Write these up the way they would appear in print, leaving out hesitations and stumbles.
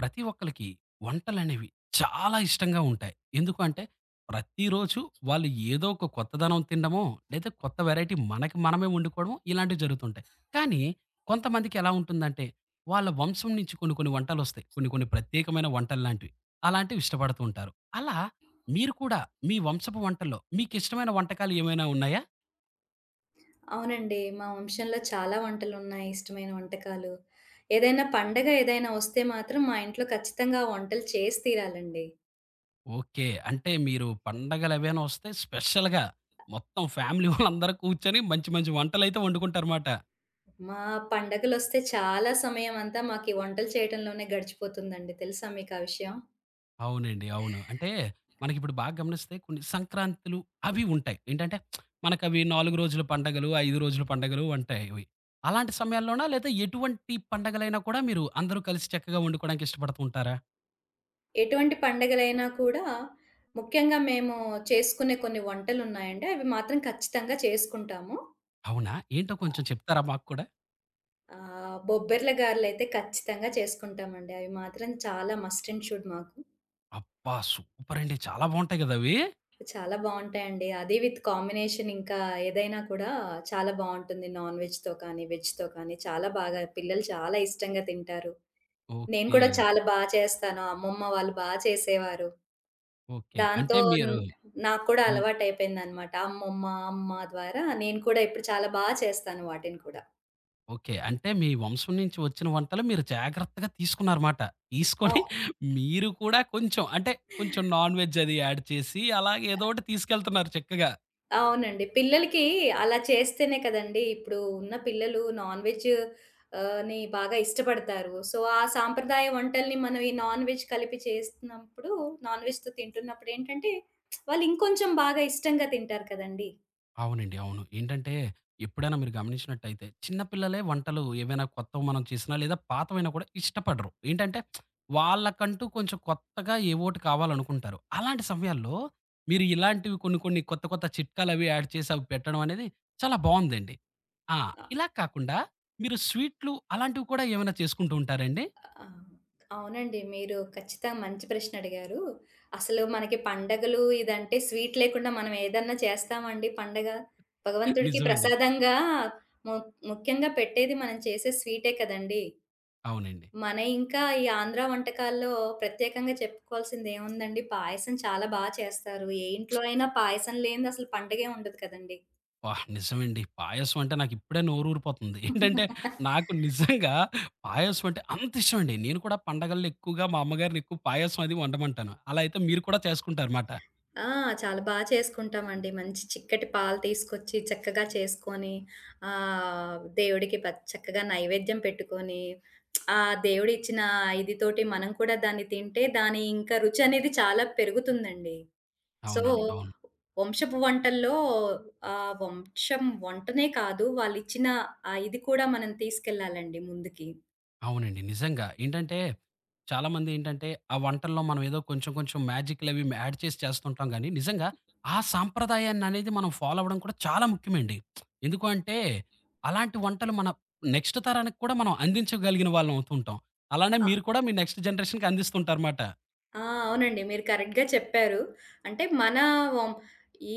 ప్రతి ఒక్కళ్ళకి వంటలనేవి చాలా ఇష్టంగా ఉంటాయి. ఎందుకు అంటే, ప్రతిరోజు వాళ్ళు ఏదో ఒక కొత్తదనం తినడమో, లేదా కొత్త వెరైటీ మనకి మనమే వండుకోవడమో ఇలాంటివి జరుగుతుంటాయి. కానీ కొంతమందికి ఎలా ఉంటుందంటే, వాళ్ళ వంశం నుంచి కొన్ని కొన్ని వంటలొస్తాయి. కొన్ని కొన్ని ప్రత్యేకమైన వంటల్లాంటివి. అలాంటివి ఇష్టపడుతూ ఉంటారు. అలా మీరు కూడా మీ వంశపు వంటల్లో మీకిష్టమైన వంటకాలు ఏమైనా ఉన్నాయా? అవునండి. మా వంశంలో చాలా వంటలున్నాయి ఇష్టమైన వంటకాలు. ఏదైనా పండగ ఏదైనా వస్తే మాత్రం మా ఇంట్లో ఖచ్చితంగా ఆ వంటలు చేసి తీరాలండి. ఓకే. అంటే మీరు పండగలవేవైనా వస్తే స్పెషల్‌గా మొత్తం ఫ్యామిలీ వాళ్ళందరూ కూర్చొని మంచి మంచి వంటలైతే వండుకుంటారుమాట. మా పండగలొస్తే చాలా సమయమంతా మాకీ వంటలు చేయటంలోనే గడిచిపోతుందండి. తెలుసా మీకా విషయం? అవునండి. అవును. అంటే మనకిప్పుడు బాగా గమనిస్తే కొన్ని సంక్రాంతులు అవి ఉంటాయి. ఏంటంటే మనకవి 4 రోజుల పండగలు, 5 రోజుల పండగలు ఉంటాయవి. అలాంటి సమయాల్లోనా లేదా ఎటువంటి పండగలైనా కూడా మీరు అందరూ కలిసి చక్కగా వండుకోవడానికి ఇష్టపడుతూ ఉంటారా? ఎటువంటి పండగలైనా కూడా ముఖ్యంగా మేము చేసుకునే కొన్ని వంటలున్నాయండి. అవి మాత్రం ఖచ్చితంగా చేసుకుంటాము. అవునా? ఏంటో కొంచెం చెప్తారా మాకు కూడా? బొబ్బర్ల గారెలైతే ఖచ్చితంగా చేసుకుంటామండి. అవి మాత్రం చాలా మస్ట్ అండ్ షుడ్ మాకు. అబ్బా! సూపరండి. చాలా బావుంటాయి గదా అవి. చాలా బావుంటాయండి. అది విత్ కాంబినేషన్ ఇంకా ఏదైనా కూడా చాలా బావుంటుంది. నాన్ వెజ్‌తో కానీ, వెజ్‌తో కానీ చాలా బాగా పిల్లలు చాలా ఇష్టంగా తింటారు. నేను ఓకే. కూడా చాలా బా చేస్తాను. అమ్మమ్మ వాళ్ళు బా చేసేవారు. ఓకే. దాంతో అంటే న్ మీరు నాకు కూడా హ్మ్. అలవాటయిపోయిందనమాట. అమ్మమ్మ, అమ్మ ద్వారా నేను కూడా ఇప్పుడు చాలా బా చేస్తాను వాటిని కూడా. ఓకే. అంటే మీ వంశం నుంచి వచ్చిన వంటలు మీరు జాగ్రత్తగా తీసుకున్నారమాట. ఆ! తీసుకొని మీరు కూడా కొంచెం అంటే కొంచెం నాన్ వెజ్ అది యాడ్ చేసి అలాగే ఏదో ఒకటి తీసుకెళ్తున్నారు చక్కగా. అవునండి. పిల్లలకి అలా చేస్తేనే కదండీ! ఇప్పుడు ఉన్న పిల్లలు నాన్ వెజ్ ని బాగా ఇష్టపడతారు. సో, ఆ సాంప్రదాయ వంటల్ని మనం ఈ నాన్ వెజ్ కలిపి చేస్తున్నప్పుడు, నాన్ వెజ్‌తో తింటున్నప్పుడు ఏంటంటే, వాళ్ళు ఇంకొంచెం బాగా ఇష్టంగా తింటారు కదండీ! అవునండి. అవును. ఏంటంటే, ఎప్పుడైనా మీరు గమనించినట్టయితే, చిన్న పిల్లలే వంటలు ఏవైనా కొత్తవి మనం చేసినా, లేదా పాతవైనా కూడా ఇష్టపడరు. ఏంటంటే, వాళ్ళకంటూ కొంచెం కొత్తగా ఏవోటి కావాలనుకుంటారు. అలాంటి సమయాల్లో, మీరు ఇలాంటివి కొన్ని, కొన్ని కొత్త, కొత్త చిట్కాలవి యాడ్ చేసి అవి పెట్టడం అనేది చాలా బావుందండి. ఆ! ఆహ్, ఇలా కాకుండా, మీరు స్వీట్లు అలాంటివి కూడా ఏమైనా చేసుకుంటూ ఉంటారండి? ఆ! అవునండి. మీరు ఖచ్చితంగా మంచి ప్రశ్న అడిగారు. అసలు మనకి పండగలు ఇదంటే స్వీట్ లేకుండా మనం ఏదన్నా చేస్తామండి పండగ? భగవంతుడికి నిజమండి. ప్రసాదంగా ము ముఖ్యంగా పెట్టేది మనం చేసే స్వీటే కదండీ! అవునండి. మన ఇంకా ఈ ఆంధ్ర వంటకాల్లో ప్రత్యేకంగా చెప్పుకోవాల్సింది ఏముందండి, పాయసం చాలా బా చేస్తారు. ఏ ఇంట్లో అయినా పాయసం లేనిది అసలు పండగే ఉండదు కదండీ. వాహ్! నిజమండి. పాయసం అంటే నాకిప్పుడే నోరూరిపోతుంది. ఏంటంటే, నాకు నిజంగా పాయసం అంటే అంత ఇష్టమండి. నేను కూడా పండగల్లో ఎక్కువగా మా అమ్మగారిని ఎక్కువ పాయసం అది వండమంటాను. అలా అయితే మీరు కూడా చేసుకుంటారుమాట. ఆ! చాలా బా చేసుకుంటామండి. మంచి చిక్కటి పాలు తీసుకొచ్చి చక్కగా చేసుకొని, దేవుడికి చక్కగా నైవేద్యం పెట్టుకొని, ఆ దేవుడు ఇచ్చిన ఇది తోటి మనం కూడా దాన్ని తింటే దాని ఇంకా రుచనేది చాలా పెరుగుతుందండి. సో అవునండి. అవును. వంశపు వంటల్లో వంశం వంటనే కాదు, వాళ్ళిచ్చిన ఆ ఇది కూడా మనం తీసుకెళ్ళాలండి ముందుకి. అవునండి. నిజంగా. ఏంటంటే, చాలామంది ఏంటంటే, ఆ వంటల్లో మనం ఏదో కొంచెం కొంచెం మ్యాజిక్‌లవి యాడ్ చేసి చేస్తుంటాం గానీ, నిజంగా ఆ సాంప్రదాయాన్ననేది మనం ఫాలో అవ్వడం కూడా చాలా ముఖ్యమండి. ఎందుకు అంటే, అలాంటి వంటలు మన నెక్స్ట్ తరానికి కూడా మనం అందించగలిగిన వాళ్ళం అవుతుంటాం. అలానే అ మీరు కూడా మీ నెక్స్ట్ జనరేషన్‌కి అందిస్తుంటారుమాట. అవునండి. మీరు కరెక్ట్‌గా చెప్పారు. అంటే మన వం ఈ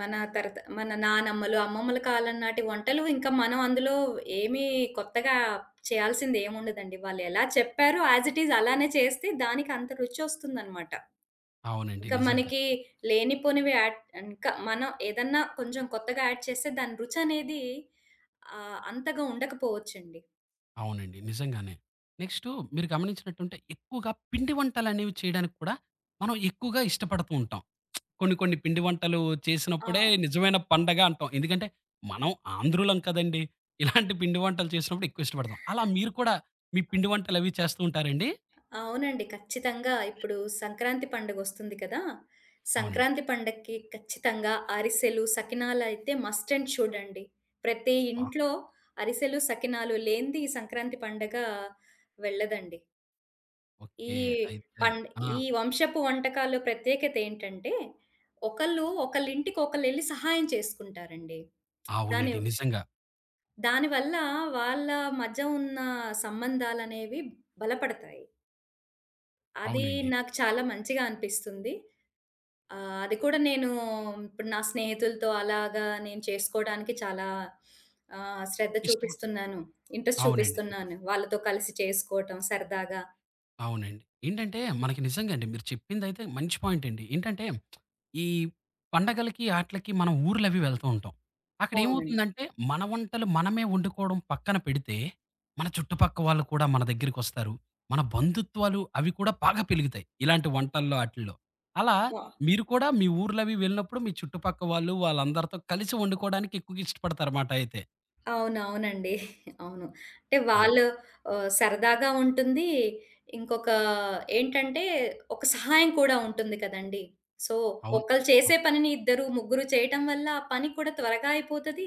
మన నానమ్మలు, అమ్మమ్మల కాలం నాటి వంటలు ఇంకా మనం అందులో ఏమి కొత్తగా చేయాల్సిందేముండదండి. వాళ్ళెలా చెప్పారో యాస్ ఇట్ ఈజ్ అలానే చేస్తే దానికి అంత రుచొస్తుందనమాట. అవునండి. ఇంకా నిజంగా. మనకి లేనిపోనివి యాడ్ ఇంకా మనం ఏదన్నా కొంచెం కొత్తగా యాడ్ చేస్తే దాని రుచనేది అంతగా ఉండకపోవచ్చండి. అవునండి. నిజంగానే. నెక్స్టు మీరు గమనించినట్టుంటే, ఎక్కువగా పిండి వంటలనేవి చేయడానికి కూడా మనం ఎక్కువగా ఇష్టపడుతూ ఉంటాం. కొన్ని కొన్ని పిండి వంటలు ఆ! చేసినప్పుడే నిజమైన పండగ అంటాం. ఎందుకంటే మనం ఆంధ్రులం కదండీ! ఇలాంటి పిండి వంటలు చేసినప్పుడు ఎక్కువ ఇష్టపడతాం. అలా మీరు కూడా మీ పిండి వంటలవి చేస్తూ ఉంటారండి? అవునండి. ఖచ్చితంగా ఇప్పుడు సంక్రాంతి పండుగొస్తుంది కదా! అవునండి. సంక్రాంతి పండక్కి ఖచ్చితంగా అరిసెలు, సకినాలయితే మస్ట్ అండ్ షుడ్ అండి. ప్రతి వాహ్! ఇంట్లో అరిసెలు, సకినాలు లేనిది ఈ సంక్రాంతి పండగ వెళ్ళదండి. ఈ ఓకే. అయితే పం ఆ! ఈ వంశపు వంటకాలు ప్రత్యేకతేంటంటే, ఒకళ్ళు ఒకళ్ళింటికి ఒకళ్ళెళ్లి సహాయం చేసుకుంటారండి. దాని అవునండి. నిజంగా. దానివల్ల వాళ్ళ మధ్య ఉన్న సంబంధాలనేవి బలపడతాయి. అది అవునండి. నాకు చాలా మంచిగా అనిపిస్తుంది. అది కూడా నేను ఇప్పుడు నా స్నేహితులతో అలాగా నేను చేసుకోవడానికి చాలా శ్రద్ధ ఇష్టం చూపిస్తున్నాను. ఇంట్రెస్ట్ అవునండి. చూపిస్తున్నాను. వాళ్ళతో కలిసి చేసుకోవటం సరదాగా. అవునండి. ఏంటంటే మనకి నిజంగా అండి మీరు చెప్పిందైతే మంచి పాయింట్ అండి. ఏంటంటే ఈ పండగలకి ఆట్లకి మనం ఊర్లవి వెళ్తూ ఉంటాం. అక్కడ అవునండి. ఏమవుతుందంటే మన వంటలు మనమే వండుకోవడం పక్కన పెడితే మన చుట్టుపక్క వాళ్ళు కూడా మన దగ్గరికొస్తారు. మన బంధుత్వాలు అవి కూడా బాగా పెలుగుతాయి. ఇలాంటి వంటల్లో ఆటిల్లో. అలా ఆ! మీరు కూడా మీ ఊర్లవి వెళ్ళినప్పుడు మీ చుట్టుపక్క వాళ్ళు వాళ్ళందరితో కలిసి వండుకోవడానికి ఎక్కువగా ఇష్టపడతారన్నమాట అయితే. అవునవునండి. అవును. అంటే ఆ! వాళ్ళు సరదాగా ఉంటుంది. ఇంకొక ఏంటంటే, ఒక సహాయం కూడా ఉంటుంది కదండీ! సో, అవును. ఒకళ్ళు ఆ! చేసే పనిని ఇద్దరు, ముగ్గురు చేయటం వల్ల ఆ పని కూడా త్వరగా అయిపోతది.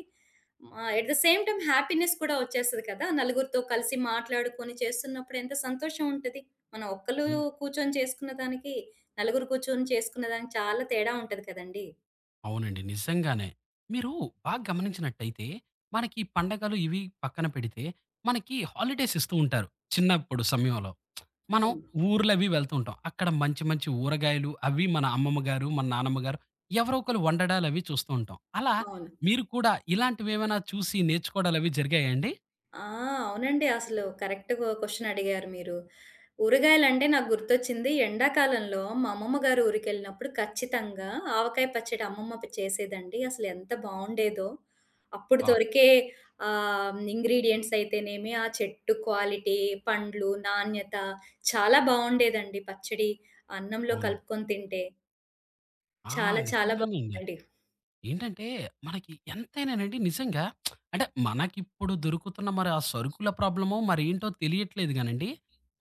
At the same time happiness కూడా వచ్చేస్తది కదా! నలుగురితో కలిసి మాట్లాడుకొని చేస్తున్నప్పుడు ఎంత సంతోషం ఉంటది. మనం ఒక్కళ్ళు అవును. కూర్చొని చేసుకున్న దానికి, నలుగురు కూర్చొని చేసుకున్న దానికి చాలా తేడా ఉంటది కదండీ! అవునండి. నిజంగానే. మీరు బాగా గమనించినట్టయితే, మనకి ఈ పండగలు ఇవి పక్కన పెడితే, మనకి హాలిడేస్ ఇస్తూ ఉంటారు. చిన్నప్పుడు సమయంలో. మనం అవును. ఊర్లవి వెళ్తూ ఉంటాం. అక్కడ మంచి మంచి ఊరగాయలు అవి మన అమ్మమ్మ గారు, మన నానమ్మ గారు ఎవరో ఒకళ్ళు వండడాలవి చూస్తూ ఉంటాం. అలా అవును. మీరు కూడా ఇలాంటివేమైనా చూసి నేర్చుకోవడాలవి జరిగాయండి? ఆ! అవునండి. అసలు కరెక్ట్ క్వెషన్ అడిగారు మీరు. ఊరగాయలంటే నాకు గుర్తొచ్చింది ఎండాకాలంలో మా అమ్మమ్మ గారు ఊరికెళ్ళినప్పుడు ఖచ్చితంగా ఆవకాయ పచ్చడి అమ్మమ్మ చేసేదండి. అసలు ఎంత బావుండేదో. అప్పుడు ఆ! దొరికే ఇంగ్రీడియెంట్స్ అయితేనేమి, ఆ చెట్టు క్వాలిటీ, పండ్లు, నాణ్యత చాలా బావుండేదండి పచ్చడి. అన్నంలో అవును. కలుపుకొని తింటే ఆ! చాలా చాలా నిజంగానే. బావుందండి. ఏంటంటే, మనకి ఎంతైనానండి నిజంగా అంటే, మనకిప్పుడు దొరుకుతున్న మరి ఆ సరుకుల ప్రాబ్లమో మరేంటో తెలియట్లేదు గానండి,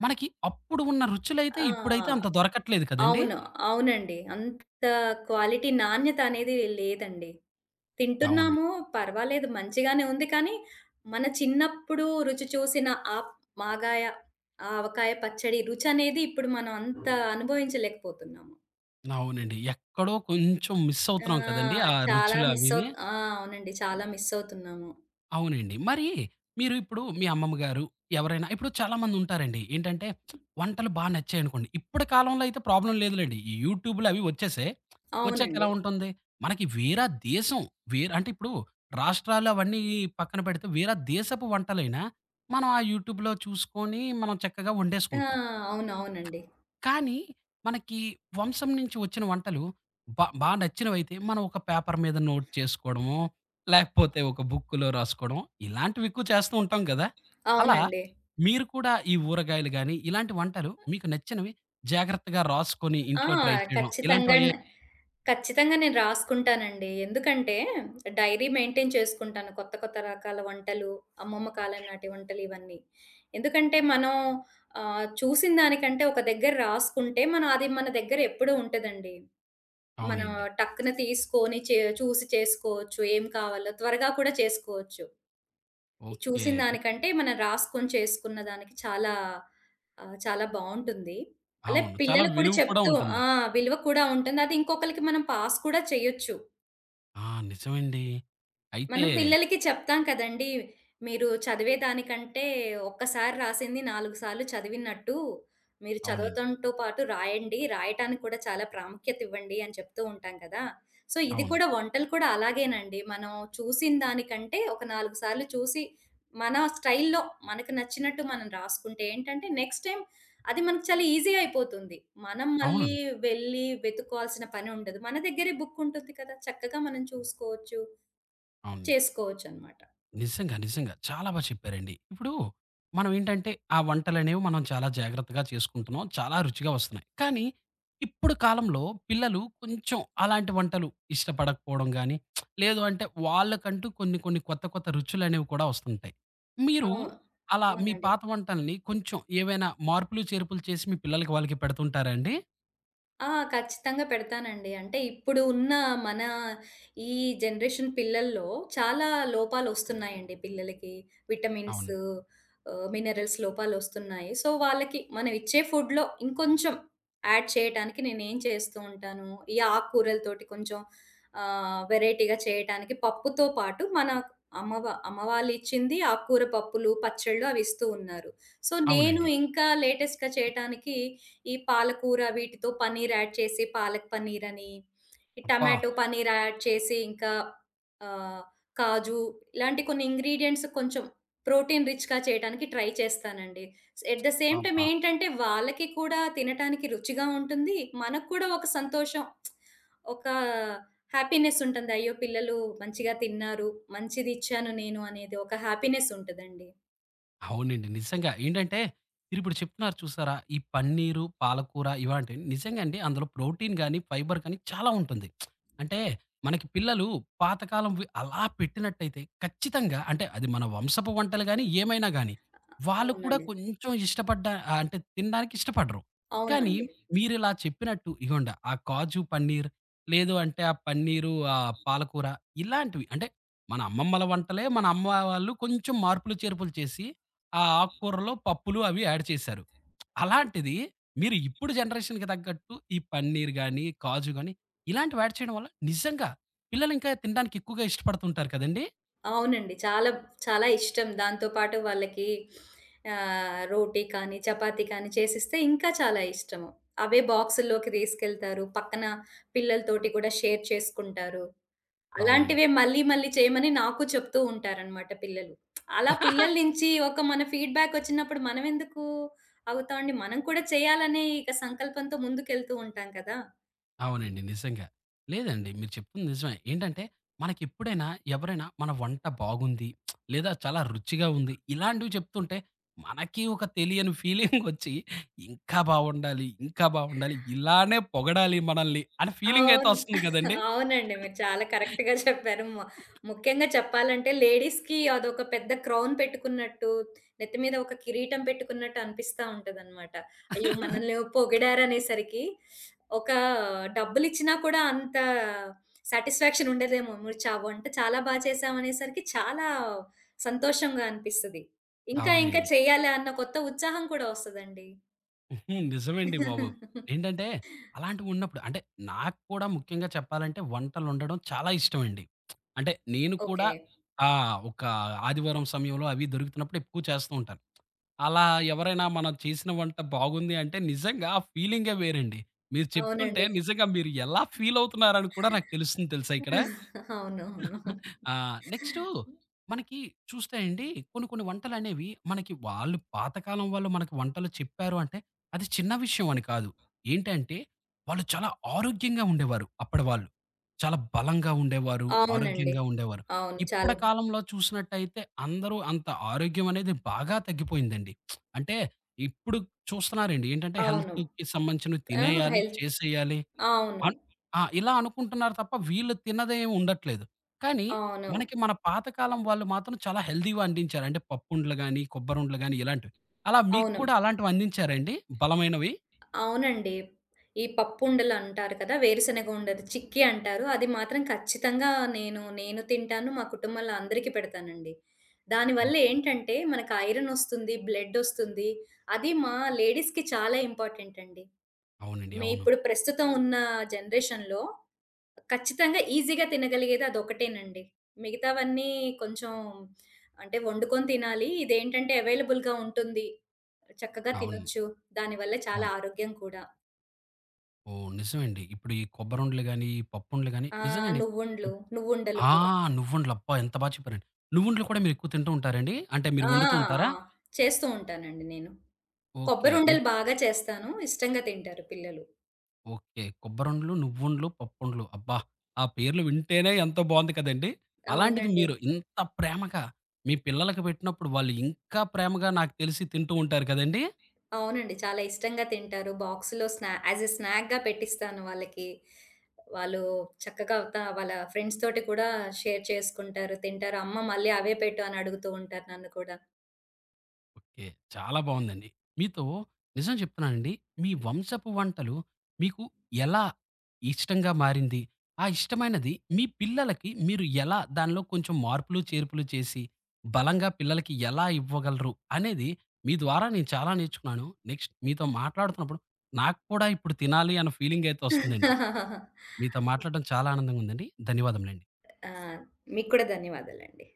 మనకి అప్పుడు ఉన్న రుచులైతే ఇప్పుడైతే అంత ఆ! దొరకట్లేదు కదండీ! అవును. అవునండి. అంత క్వాలిటీ నాణ్యత అనేది లేదండి. అవునండి. తింటున్నాము. పర్వాలేదు మంచిగానే ఉంది. కానీ, మన చిన్నప్పుడు రుచి చూసిన ఆ మాగాయ, ఆ ఆవకాయ పచ్చడి రుచనేది ఇప్పుడు మనం అంత అనుభవించలేకపోతున్నాము. అవునండి. ఎక్కడో కొంచెం మిస్ ఆ! అవుతున్నాం కదండీ! ఆ చాలా రుచులు మిస్ అవిని. అవుత్ ఆ! అవునండి. చాలా మిస్ అవుతున్నాము. అవునండి. మరి మీరు ఇప్పుడు మీ అమ్మమ్మ గారు ఎవరైనా ఇప్పుడు చాలామంది ఉంటారండి. ఏంటంటే వంటలు బా నచ్చాయనుకోండి. ఇప్పటి కాలంలో అయితే ప్రాబ్లమ్ లేదులెండి. ఈ యూట్యూబ్‌లు అవి వచ్చేసాయి. వచ్చాక అవునండి. ఎలా ఉంటుంది? మనకి వేరే దేశం అంటే ఇప్పుడు రాష్ట్రాలు అవన్నీ పక్కన పెడితే వేరే దేశపు వంటలైనా మనం ఆ యూట్యూబ్‌లో చూసుకొని మనం చక్కగా ఆ! వండేసుకుంటున్నాం. అవునవునండి. అవునండి. కానీ మనకి వంశం నుంచి వచ్చిన వంటలు బా బా నచ్చినవైతే మనం ఒక పేపర్ మీద నోట్ చేసుకోవడమో, లేకపోతే ఒక బుక్కులో రాసుకోవడమో ఇలాంటివి ఎక్కువ చేస్తూ ఉంటాం కదా! అలా అవునండి. మీరు కూడా ఈ ఊరగాయలు గాని, ఇలాంటి వంటలు మీకు నచ్చినవి జాగ్రత్తగా రాసుకొని ఆ! ఇంట్లో ట్రై చేయడం ఖచ్చితంగానే ఇలాంటివయ్యాయి ఖచ్చితంగా నేను రాసుకుంటానండి. ఎందుకంటే, డైరీ మెయింటైన్ చేసుకుంటాను. కొత్త, కొత్త రకాల వంటలు, అమ్మమ్మ కాలం నాటి వంటలు ఇవన్నీ. ఎందుకంటే, మనం చూసిన దానికంటే ఒక దగ్గర రాసుకుంటే, మనం అది మన దగ్గర ఎప్పుడూ ఉంటదండి. మనం అవునండి. టక్కున తీసుకొని చూసి చేసుకోవచ్చు. ఏం కావాలో త్వరగా కూడా చేసుకోవచ్చు. ఓకే. చూసిన దానికంటే మనం రాసుకొని చేసుకున్న దానికి చాలా చాలా బావుంటుంది. అలా అవును. చాలా పిల్లలకి కూడా విలువ కూడా చెప్తూ ఉంటుంది. ఆ! విలువ కూడా ఉంటుంది. అది ఇంకొకళ్ళకి మనం పాస్ కూడా చేయొచ్చు. ఆ! నిజమండి. అయితే మనం పిల్లలకి చెప్తాం కదండీ! మీరు చదివేదానికంటే ఒక్కసారి రాసింది 4 సార్లు చదివినట్టు, మీరు అవునండి. చదవటంతో పాటు రాయండి. రాయటానికి కూడా చాలా ప్రాముఖ్యత ఇవ్వండి అని చెప్తూ ఉంటాం కదా! సో, ఇది అవును. కూడా వంటలు కూడా అలాగేనండి. మనం చూసిన దానికంటే ఒక 4 సార్లు చూసి, మన స్టైల్‌లో మనకు నచ్చినట్టు మనం రాసుకుంటే ఏంటంటే, నెక్స్ట్ టైమ్ అది మనకు చాలా ఈజీ అయిపోతుంది. మనం మళ్ళీ అవునండి. వెళ్ళి వెతుక్కోవాల్సిన పని ఉండదు. మన దగ్గరే బుక్ ఉంటుంది కదా! చక్కగా మనం చూసుకోవచ్చు. అవును. చేసుకోవచ్చనమాట. నిజంగా. నిజంగా. చాలా బా చెప్పారండి. ఇప్పుడు మనం ఏంటంటే, ఆ వంటలనేవి మనం చాలా జాగ్రత్తగా చేసుకుంటున్నాం. చాలా రుచిగా వస్తున్నాయి. కానీ, ఇప్పుడు కాలంలో పిల్లలు కొంచెం అలాంటి వంటలు ఇష్టపడకపోవడం గానీ, లేదు అంటే వాళ్ళకంటూ కొన్ని కొన్ని కొత్త కొత్త రుచులనేవి కూడా వస్తుంటాయి. మీరు అవును. అలా మీ అవునండి. పాత వంటల్ని కొంచెం ఏవైనా మార్పులు, చేర్పులు చేసి మీ పిల్లలకి వాళ్ళకి పెడుతుంటారా అండి? ఆ! ఖచ్చితంగా పెడతానండి. అంటే ఇప్పుడు ఉన్న మన ఈ జనరేషన్ పిల్లల్లో చాలా లోపాలొస్తున్నాయండి పిల్లలకి. విటమిన్స్ అవును. మినరల్స్ లోపాలొస్తున్నాయి. సో, వాళ్ళకి మనం ఇచ్చే ఫుడ్‌లో ఇంకొంచెం యాడ్ చేయటానికి నేనేం చేస్తూ ఉంటాను, ఈ ఆకుకూరలతోటి కొంచెం వెరైటీగా చేయటానికి పప్పుతో పాటు మన అమ్మ వాళ్ళిచ్చింది ఆకుకూర పప్పులు, పచ్చళ్ళు అవి ఇస్తూ ఉన్నారు. సో, నేను అవునండి. ఇంకా లేటెస్ట్‌గా చేయటానికి ఈ పాలకూర వీటితో పన్నీర్ యాడ్ చేసి పాలక్ పన్నీరని, ఈ అబ్బా! టమాటో పన్నీర్ యాడ్ చేసి ఇంకా ఆహ్, కాజు ఇలాంటి కొన్ని ఇంగ్రీడియెంట్స్ కొంచెం ప్రోటీన్ రిచ్‌గా చేయటానికి ట్రై చేస్తానండి. ఎట్ ద సేమ్ టైమ్ అబ్బా! ఏంటంటే వాళ్ళకి కూడా తినటానికి రుచిగా ఉంటుంది. మనకు కూడా ఒక సంతోషం ఒక హ్యాపీనెస్ ఉంటుంది. అయ్యో! పిల్లలు మంచిగా తిన్నారు. మంచిది ఇచ్చాను నేను అనేది ఒక హ్యాపీనెస్ ఉంటదండి. అవునండి. నిజంగా. ఏంటంటే, మీరిప్పుడు చెప్తున్నారు చూసారా? ఈ పన్నీరు, పాలకూర ఇలాంటివి నిజంగా అండి అందులో ప్రోటీన్ గాని, ఫైబర్ గాని చాలా ఉంటుంది. అంటే మనకి పిల్లలు పాతకాలంవి అలా పెట్టినట్టయితే ఖచ్చితంగా అంటే అది మన వంశపు వంటలు గాని, ఏమైనా గాని వాళ్ళు కూడా అవునండి. కొంచెం ఇష్టపడ్డ అంటే తినడానికి ఇష్టపడరు. కానీ అవునండి. మీరిలా చెప్పినట్టు ఇగోండి ఆ కాజు పన్నీర్, లేదు అంటే ఆ పన్నీరు, పాలకూర ఇలాంటివి అంటే మన అమ్మమ్మల వంటలే మన అమ్మ వాళ్ళు కొంచెం మార్పులు, చేర్పులు చేసి ఆ ఆకుకూరలో పప్పులు అవి యాడ్ చేశారు. అలాంటిది మీరు ఇప్పుడు జనరేషన్‌కి తగ్గట్టు ఈ పన్నీర్ గాని, కాజు గాని ఇలాంటివి యాడ్ చేయడం వల్ల నిజంగా పిల్లలు ఇంకా తినడానికి ఎక్కువగా ఇష్టపడుతుంటారు కదండీ! అవునండి. చాలా, చాలా ఇష్టం. దాంతో పాటు వాళ్ళకి రోటీ కానీ, చపాతీ కానీ చేసిస్తే ఇంకా చాలా ఇష్టము. అవే బాక్సుల్లోకి తీసుకెళ్తారు. పక్కన పిల్లలతోటి కూడా షేర్ చేసుకుంటారు. అవునండి. అలాంటివే మళ్ళీ, మళ్ళీ చేయమని నాకు చెప్తూ ఉంటారనమాట పిల్లలు. అలా పిల్లల నుంచి ఒక మన ఫీడ్‌బ్యాక్ వచ్చినప్పుడు మనమెందుకు ఆగుతామండి? మనం కూడా చేయాలనే ఇక సంకల్పంతో ముందుకెళ్తూ ఉంటాం కదా! అవునండి. నిజంగా. లేదండి మీరు చెప్తుంది నిజమే. ఏంటంటే మనకెప్పుడైనా ఎవరైనా మన వంట బాగుంది, లేదా చాలా రుచిగా ఉంది ఇలాంటివి చెప్తుంటే మనకి ఒక తెలియని ఫీలింగొచ్చి ఇంకా బావుండాలి, ఇంకా బావుండాలి ఇలానే పొగడాలి మనల్ని అనే ఫీలింగయితే అవును. వస్తుంది కదండీ! అవునండి. మీరు చాలా కరెక్ట్‌గా చెప్పారు. ముఖ్యంగా చెప్పాలంటే లేడీస్‌కి అదొక పెద్ద క్రౌన్ పెట్టుకున్నట్టు, నెత్తి మీద ఒక కిరీటం పెట్టుకున్నట్టు అనిపిస్తా ఉంటదనమాట. అయ్యో! మనల్ని పొగిడారనేసరికి ఒక డబ్బులిచ్చినా కూడా అంత సాటిస్ఫాక్షన్ ఉండదేమో. మీరు వంట చాలా బా చేశామనేసరికి చాలా సంతోషంగా అనిపిస్తది. ఇంకా ఇంకా అవునండి. చేయాలి అన్న కొత్త ఉత్సాహం కూడా వస్తదండి. ఉహుం, నిజమండి బాబు. ఏంటంటే అలాంటివున్నప్పుడు అంటే నాకు కూడా ముఖ్యంగా చెప్పాలంటే వంటలొండడం చాలా ఇష్టమండి. అంటే నేను కూడా ఓకే. ఆ! ఒక ఆదివారం సమయంలో అవి దొరుకుతున్నప్పుడు ఎక్కువ చేస్తూ ఉంటాను. అలా ఎవరైనా మనం చేసిన వంట బాగుంది అంటే నిజంగా ఆ ఫీలింగే వేరండి. మీరు చెప్తుంటే అవునండి. నిజంగా మీరు ఎలా ఫీలవుతున్నారని కూడా నాకు తెలుస్తుంది తెలుసా ఇక్కడ? అవునవును. ఆ! నెక్స్టు మనకి చూస్తే అండి కొన్ని కొన్ని వంటలనేవి మనకి వాళ్ళు పాతకాలం వాళ్ళు మనకి వంటలు చెప్పారు అంటే, అది చిన్న విషయం అని కాదు. ఏంటంటే, వాళ్ళు చాలా ఆరోగ్యంగా ఉండేవారు అప్పడి వాళ్ళు. చాలా బలంగా ఉండేవారు. అవునండి. ఆరోగ్యంగా ఉండేవారు. అవును. ఇప్పడి చాలా కాలంలో చూసినట్టయితే అందరూ అంత ఆరోగ్యం అనేది బాగా తగ్గిపోయిందండి. అంటే ఇప్పుడు చూస్తున్నారండి. ఏంటంటే అవును. హెల్త్‌కి సంబంధించినవి ఆ! తినేయాలి, హెల్త్ చేసేయాలి. అవును. అన్ ఆ! ఇలా అనుకుంటున్నారు తప్ప వీళ్ళు తిన్నదేమి ఉండట్లేదు. కానీ అవును. మనకి మన పాతకాలం వాళ్ళు మాత్రం చాలా హెల్తీ‌గా అందించారు. అంటే పప్పుండలు గాని, కొబ్బరుండలు గాని ఇలాంటివి. అలా మీకు అవును. కూడా అలాంటివి అందించారా అండి? బలమైనవి? అవునండి. ఈ పప్పుండలు అంటారు కదా! వేరుశనగ ఉండలు, చిక్కీ అంటారు. అది మాత్రం ఖచ్చితంగా నేను తింటాను. మా కుటుంబంలో అందరికీ పెడతానండి. దానివల్ల ఓకే. ఏంటంటే మనకు ఐరన్ ఒస్తుంది, బ్లడ్ ఒస్తుంది. అది మా లేడీస్‌కి చాలా ఇంపార్టెంట్ అండి. అవునండి. అవును. ఇప్పుడు ప్రస్తుతం ఉన్న జనరేషన్‌లో ఖచ్చితంగా ఈజీగా తినగలిగేది అదొకటేనండి. మిగతావన్నీ కొంచెం అంటే వండుకొని తినాలి. ఇదేంటంటే అవైలబుల్‌గా ఉంటుంది. చక్కగా అవును. తినొచ్చు. దానివల్ల చాలా అవును. ఆరోగ్యం కూడా. ఓహ్! నిజమండి. ఇప్పుడు ఈ కొబ్బరుండలు గాని, ఈ పప్పుండలు గాని నిజంగండి. నువ్వుండ్లు, ఇప్ నువ్వుండలు ఆ! కూడా. నువ్వుండలు అబ్బా! ఎంత బా చెప్పారండి. నువ్వుండలు కూడా మీరు ఎక్కువ తింటూ ఉంటారండి? అంటే మీరు ఆ! వండుతూ ఆ! ఉంటారా? చేస్తూ ఉంటానండి నేను. ఓకే. మీ కొబ్బరుండలు బాగా చేస్తాను. ఇష్టంగా తింటారు పిల్లలు. ఓకే. కొబ్బరుండలు, నువ్వుండలు, పప్పుండలు. అబ్బా! ఆ పేర్లు వింటేనే ఎంతో బావుంది కదండీ. అలాంటిది అవునండి. మీరు ఇంత ప్రేమగా మీ పిల్లలకి పెట్టినప్పుడు వాళ్ళు ఇంకా ప్రేమగా నాకు తెలిసి తింటూ ఉంటారు కదండీ? అవునండి. చాలా ఇష్టంగా తింటారు. బాక్స్‌లో యాస్ ఎ స్నాక్‌గా పెట్టిస్తాను వాళ్ళకి. వాళ్ళు చక్కగా వాళ్ళ ఫ్రెండ్స్ తోటి కూడా షేర్ చేసుకుంటారు, తింటారు. అమ్మ మళ్ళీ అవే పెట్టు అని అడుగుతూ ఉంటారు నన్ను కూడా. ఓకే. చాలా బావుందండి. మీతో నిజం చెప్తున్నానండి. మీ వంశపు వంటలు మీకు ఎలా ఇష్టంగా మారింది? ఆ ఇష్టమైనది మీ పిల్లలకి మీరు ఎలా దానిలో కొంచెం మార్పులు, చేర్పులు చేసి బలంగా పిల్లలకి ఎలా ఇవ్వగలరు? అనేది మీ ద్వారా నేను చాలా నేర్చుకున్నాను. నెక్స్ట్ మీతో మాట్లాడుతున్నప్పుడు నాకు కూడా ఇప్పుడు తినాలి అన్న ఫీలింగ్ అయితే వస్తుందండి. మీతో మాట్లాడడం చాలా ఆనందంగా ఉందండి. ధన్యవాదములండి. ఆ! మీకు కూడా ధన్యవాదాలండి.